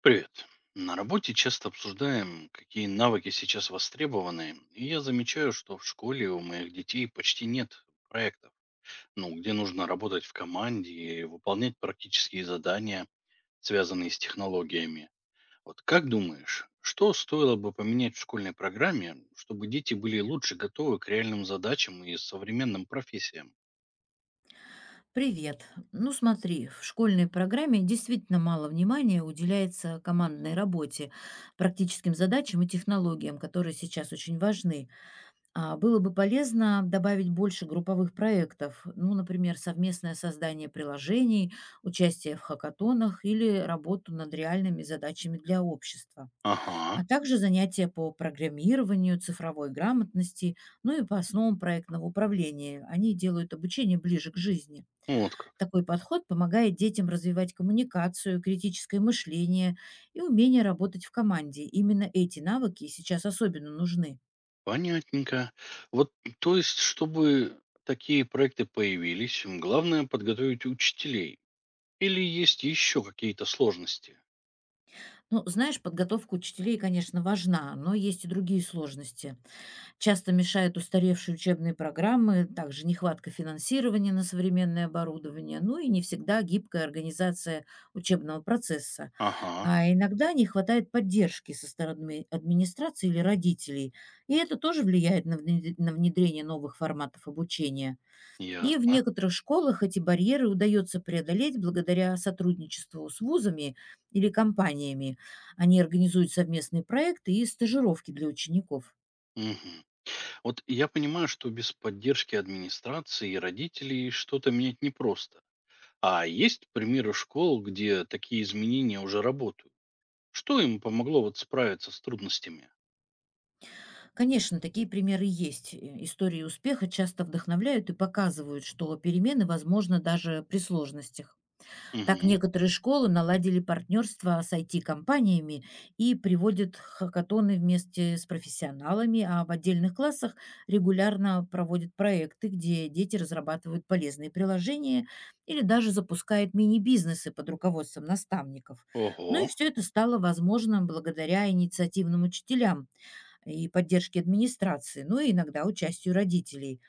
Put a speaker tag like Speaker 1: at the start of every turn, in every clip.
Speaker 1: Привет. На работе часто обсуждаем, какие навыки сейчас востребованы, и я замечаю, что в школе у моих детей почти нет проектов, ну, где нужно работать в команде и выполнять практические задания, связанные с технологиями. Вот как думаешь, что стоило бы поменять в школьной программе, чтобы дети были лучше готовы к реальным задачам и современным профессиям?
Speaker 2: Привет. Ну смотри, в школьной программе действительно мало внимания уделяется командной работе, практическим задачам и технологиям, которые сейчас очень важны. А было бы полезно добавить больше групповых проектов, ну, например, совместное создание приложений, участие в хакатонах или работу над реальными задачами для общества. А
Speaker 1: Ага,
Speaker 2: также занятия по программированию, цифровой грамотности, ну и по основам проектного управления. Они делают обучение ближе к жизни.
Speaker 1: вот как.
Speaker 2: Такой подход помогает детям развивать коммуникацию, критическое мышление и умение работать в команде. Именно эти навыки сейчас особенно нужны.
Speaker 1: Понятненько. Вот, то есть, чтобы такие проекты появились, главное подготовить учителей. Или есть еще какие-то сложности?
Speaker 2: Ну, знаешь, подготовка учителей, конечно, важна, но есть и другие сложности. Часто мешают устаревшие учебные программы, также нехватка финансирования на современное оборудование, ну и не всегда гибкая организация учебного процесса.
Speaker 1: Ага,
Speaker 2: А иногда не хватает поддержки со стороны администрации или родителей. И это тоже влияет на внедрение новых форматов обучения. И в
Speaker 1: ясно.
Speaker 2: некоторых школах эти барьеры удается преодолеть благодаря сотрудничеству с вузами или компаниями. Они организуют совместные проекты и стажировки для учеников.
Speaker 1: Мгм. Вот я понимаю, что без поддержки администрации и родителей что-то менять непросто. А есть примеры школ, где такие изменения уже работают? Что им помогло вот справиться с трудностями?
Speaker 2: Конечно, такие примеры есть. Истории успеха часто вдохновляют и показывают, что перемены возможны даже при сложностях. Так
Speaker 1: Мгм.
Speaker 2: некоторые школы наладили партнерство с IT-компаниями и приводят хакатоны вместе с профессионалами, а в отдельных классах регулярно проводят проекты, где дети разрабатывают полезные приложения или даже запускают мини-бизнесы под руководством наставников. Ну
Speaker 1: Ого.
Speaker 2: и все это стало возможным благодаря инициативным учителям, и поддержки администрации, ну и иногда участию родителей.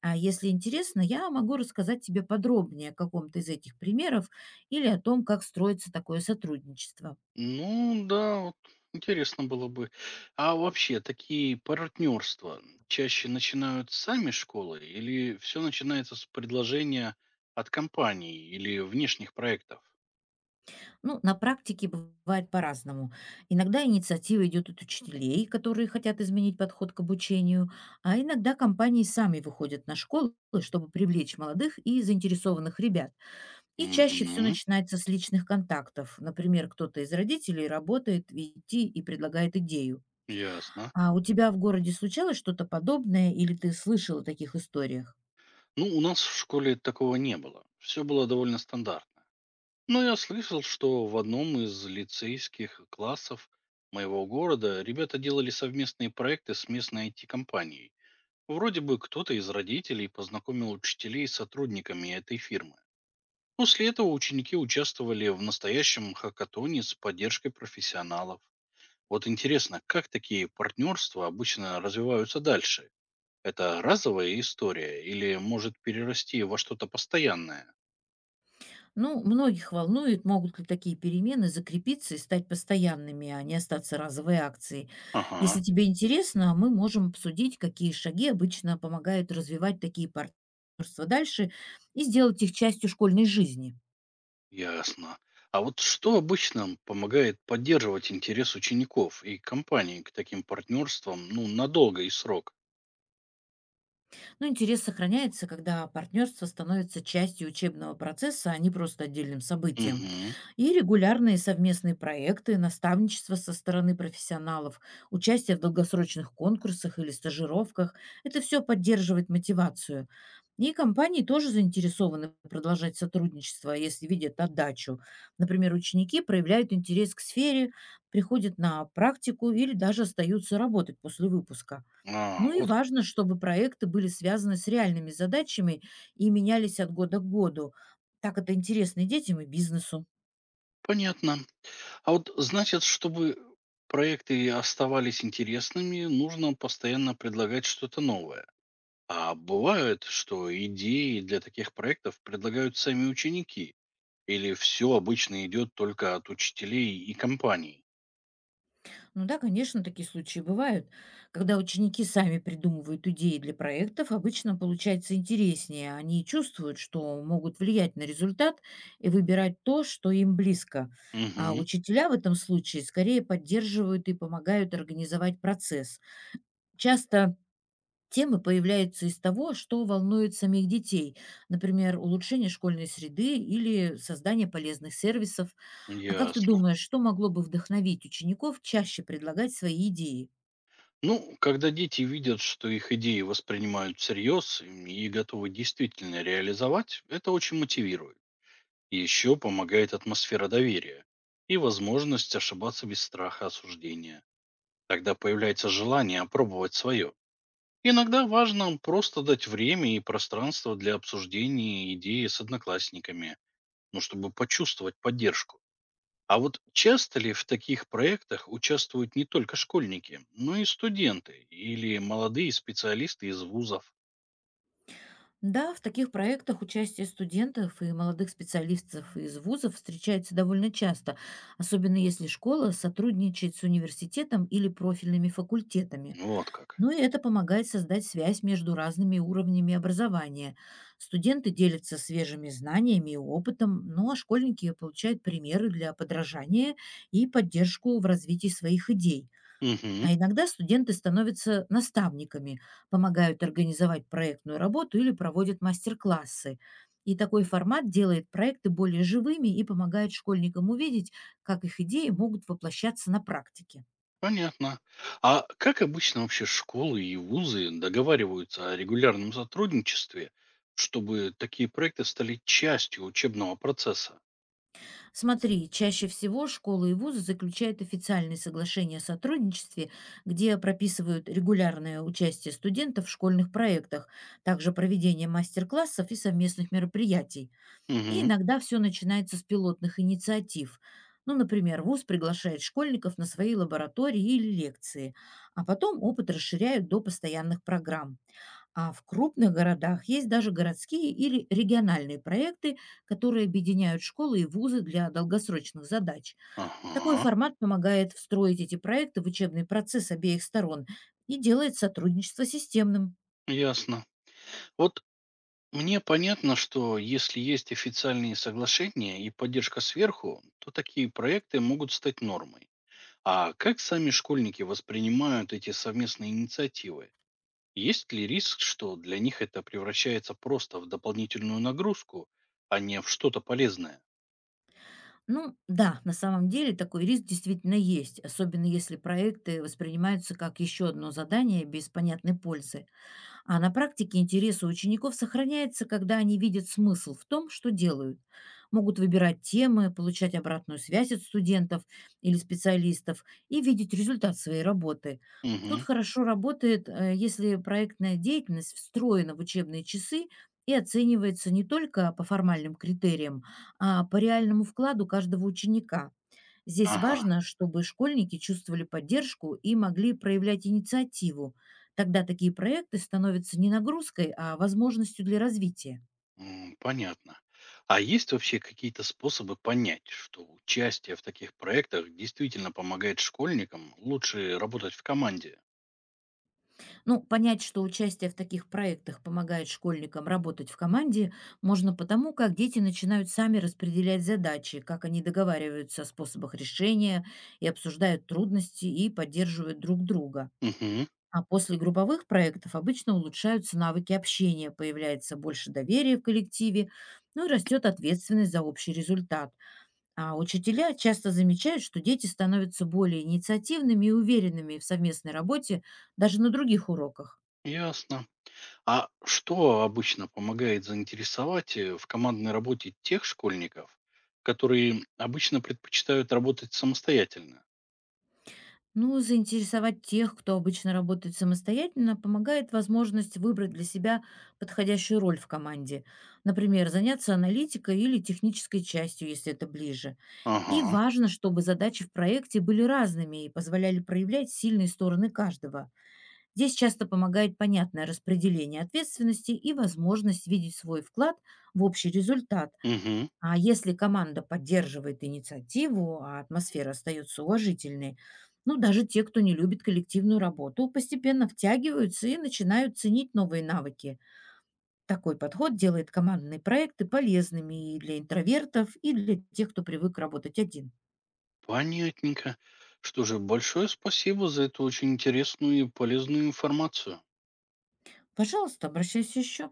Speaker 2: А если интересно, я могу рассказать тебе подробнее о каком-то из этих примеров или о том, как строится такое сотрудничество.
Speaker 1: Ну да, вот интересно было бы. А вообще, такие партнерства чаще начинают сами школы или все начинается с предложения от компаний или внешних проектов?
Speaker 2: Ну, на практике бывает по-разному. Иногда инициатива идет от учителей, которые хотят изменить подход к обучению, а иногда компании сами выходят на школы, чтобы привлечь молодых и заинтересованных ребят. И чаще все
Speaker 1: Угу,
Speaker 2: начинается с личных контактов. Например, кто-то из родителей работает в IT и предлагает идею.
Speaker 1: ясно.
Speaker 2: А у тебя в городе случалось что-то подобное или ты слышал о таких историях?
Speaker 1: Ну, у нас в школе такого не было. Все было довольно стандартно. Но я слышал, что в одном из лицейских классов моего города ребята делали совместные проекты с местной IT-компанией. Вроде бы кто-то из родителей познакомил учителей с сотрудниками этой фирмы. После этого ученики участвовали в настоящем хакатоне с поддержкой профессионалов. Вот интересно, как такие партнерства обычно развиваются дальше? Это разовая история или может перерасти во что-то постоянное?
Speaker 2: Ну, многих волнует, могут ли такие перемены закрепиться и стать постоянными, а не остаться разовой акцией.
Speaker 1: Ага,
Speaker 2: Если тебе интересно, мы можем обсудить, какие шаги обычно помогают развивать такие партнерства дальше и сделать их частью школьной жизни.
Speaker 1: ясно. А вот что обычно помогает поддерживать интерес учеников и компаний к таким партнерствам, ну, надолго и срок?
Speaker 2: Но интерес сохраняется, когда партнерство становится частью учебного процесса, а не просто отдельным событием.
Speaker 1: Угу.
Speaker 2: И регулярные совместные проекты, наставничество со стороны профессионалов, участие в долгосрочных конкурсах или стажировках – это все поддерживает мотивацию. И компании тоже заинтересованы продолжать сотрудничество, если видят отдачу. Например, ученики проявляют интерес к сфере, приходят на практику или даже остаются работать после выпуска.
Speaker 1: А,
Speaker 2: Ну и
Speaker 1: вот.
Speaker 2: важно, чтобы проекты были связаны с реальными задачами и менялись от года к году. Так это интересно и детям, и бизнесу.
Speaker 1: Понятно. А вот значит, чтобы проекты оставались интересными, нужно постоянно предлагать что-то новое. А бывает, что идеи для таких проектов предлагают сами ученики, или все обычно идет только от учителей и компаний.
Speaker 2: Ну да, конечно, такие случаи бывают. Когда ученики сами придумывают идеи для проектов, обычно получается интереснее. Они чувствуют, что могут влиять на результат и выбирать то, что им близко. А
Speaker 1: Угу,
Speaker 2: учителя в этом случае скорее поддерживают и помогают организовать процесс. Часто темы появляются из того, что волнует самих детей, например, улучшение школьной среды или создание полезных сервисов. А как ты
Speaker 1: ясно.
Speaker 2: думаешь, что могло бы вдохновить учеников чаще предлагать свои идеи?
Speaker 1: Ну, когда дети видят, что их идеи воспринимают всерьез и готовы действительно реализовать, это очень мотивирует. Еще помогает атмосфера доверия и возможность ошибаться без страха осуждения. Тогда появляется желание опробовать свое. Иногда важно просто дать время и пространство для обсуждения идеи с одноклассниками, ну, чтобы почувствовать поддержку. А вот часто ли в таких проектах участвуют не только школьники, но и студенты или молодые специалисты из вузов?
Speaker 2: Да, в таких проектах участие студентов и молодых специалистов из вузов встречается довольно часто, особенно если школа сотрудничает с университетом или профильными факультетами.
Speaker 1: Вот как.
Speaker 2: Ну и это помогает создать связь между разными уровнями образования. Студенты делятся свежими знаниями и опытом, ну а школьники получают примеры для подражания и поддержку в развитии своих идей.
Speaker 1: Мгм.
Speaker 2: А иногда студенты становятся наставниками, помогают организовать проектную работу или проводят мастер-классы. И такой формат делает проекты более живыми и помогает школьникам увидеть, как их идеи могут воплощаться на практике.
Speaker 1: Понятно. А как обычно вообще школы и вузы договариваются о регулярном сотрудничестве, чтобы такие проекты стали частью учебного процесса?
Speaker 2: Смотри, чаще всего школы и вузы заключают официальные соглашения о сотрудничестве, где прописывают регулярное участие студентов в школьных проектах, также проведение мастер-классов и совместных мероприятий. И
Speaker 1: Угу.
Speaker 2: иногда все начинается с пилотных инициатив. Ну, например, вуз приглашает школьников на свои лаборатории или лекции, а потом опыт расширяют до постоянных программ. А в крупных городах есть даже городские или региональные проекты, которые объединяют школы и вузы для долгосрочных задач. Такой
Speaker 1: Ага,
Speaker 2: формат помогает встроить эти проекты в учебный процесс обеих сторон и делает сотрудничество системным.
Speaker 1: ясно. Вот мне понятно, что если есть официальные соглашения и поддержка сверху, то такие проекты могут стать нормой. А как сами школьники воспринимают эти совместные инициативы? Есть ли риск, что для них это превращается просто в дополнительную нагрузку, а не в что-то полезное?
Speaker 2: Ну да, на самом деле такой риск действительно есть, особенно если проекты воспринимаются как еще одно задание без понятной пользы. А на практике интерес у учеников сохраняется, когда они видят смысл в том, что делают. Могут выбирать темы, получать обратную связь от студентов или специалистов и видеть результат своей работы.
Speaker 1: Мгм.
Speaker 2: Тут хорошо работает, если проектная деятельность встроена в учебные часы и оценивается не только по формальным критериям, а по реальному вкладу каждого ученика. Здесь
Speaker 1: Ага,
Speaker 2: важно, чтобы школьники чувствовали поддержку и могли проявлять инициативу. Тогда такие проекты становятся не нагрузкой, а возможностью для развития.
Speaker 1: Понятно. А есть вообще какие-то способы понять, что участие в таких проектах действительно помогает школьникам лучше работать в команде?
Speaker 2: Ну, понять, что участие в таких проектах помогает школьникам работать в команде, можно потому, как дети начинают сами распределять задачи, как они договариваются о способах решения и обсуждают трудности и поддерживают друг друга.
Speaker 1: Угу,
Speaker 2: А после групповых проектов обычно улучшаются навыки общения, появляется больше доверия в коллективе, ну и растет ответственность за общий результат. А учителя часто замечают, что дети становятся более инициативными и уверенными в совместной работе даже на других уроках.
Speaker 1: ясно. А что обычно помогает заинтересовать в командной работе тех школьников, которые обычно предпочитают работать самостоятельно?
Speaker 2: Ну, заинтересовать тех, кто обычно работает самостоятельно, помогает возможность выбрать для себя подходящую роль в команде. Например, заняться аналитикой или технической частью, если это ближе. И
Speaker 1: Ага,
Speaker 2: важно, чтобы задачи в проекте были разными и позволяли проявлять сильные стороны каждого. Здесь часто помогает понятное распределение ответственности и возможность видеть свой вклад в общий результат.
Speaker 1: угу.
Speaker 2: А если команда поддерживает инициативу, а атмосфера остается уважительной, ну, даже те, кто не любит коллективную работу, постепенно втягиваются и начинают ценить новые навыки. Такой подход делает командные проекты полезными и для интровертов, и для тех, кто привык работать один.
Speaker 1: Понятненько. Что же, большое спасибо за эту очень интересную и полезную информацию.
Speaker 2: Пожалуйста, обращайся еще.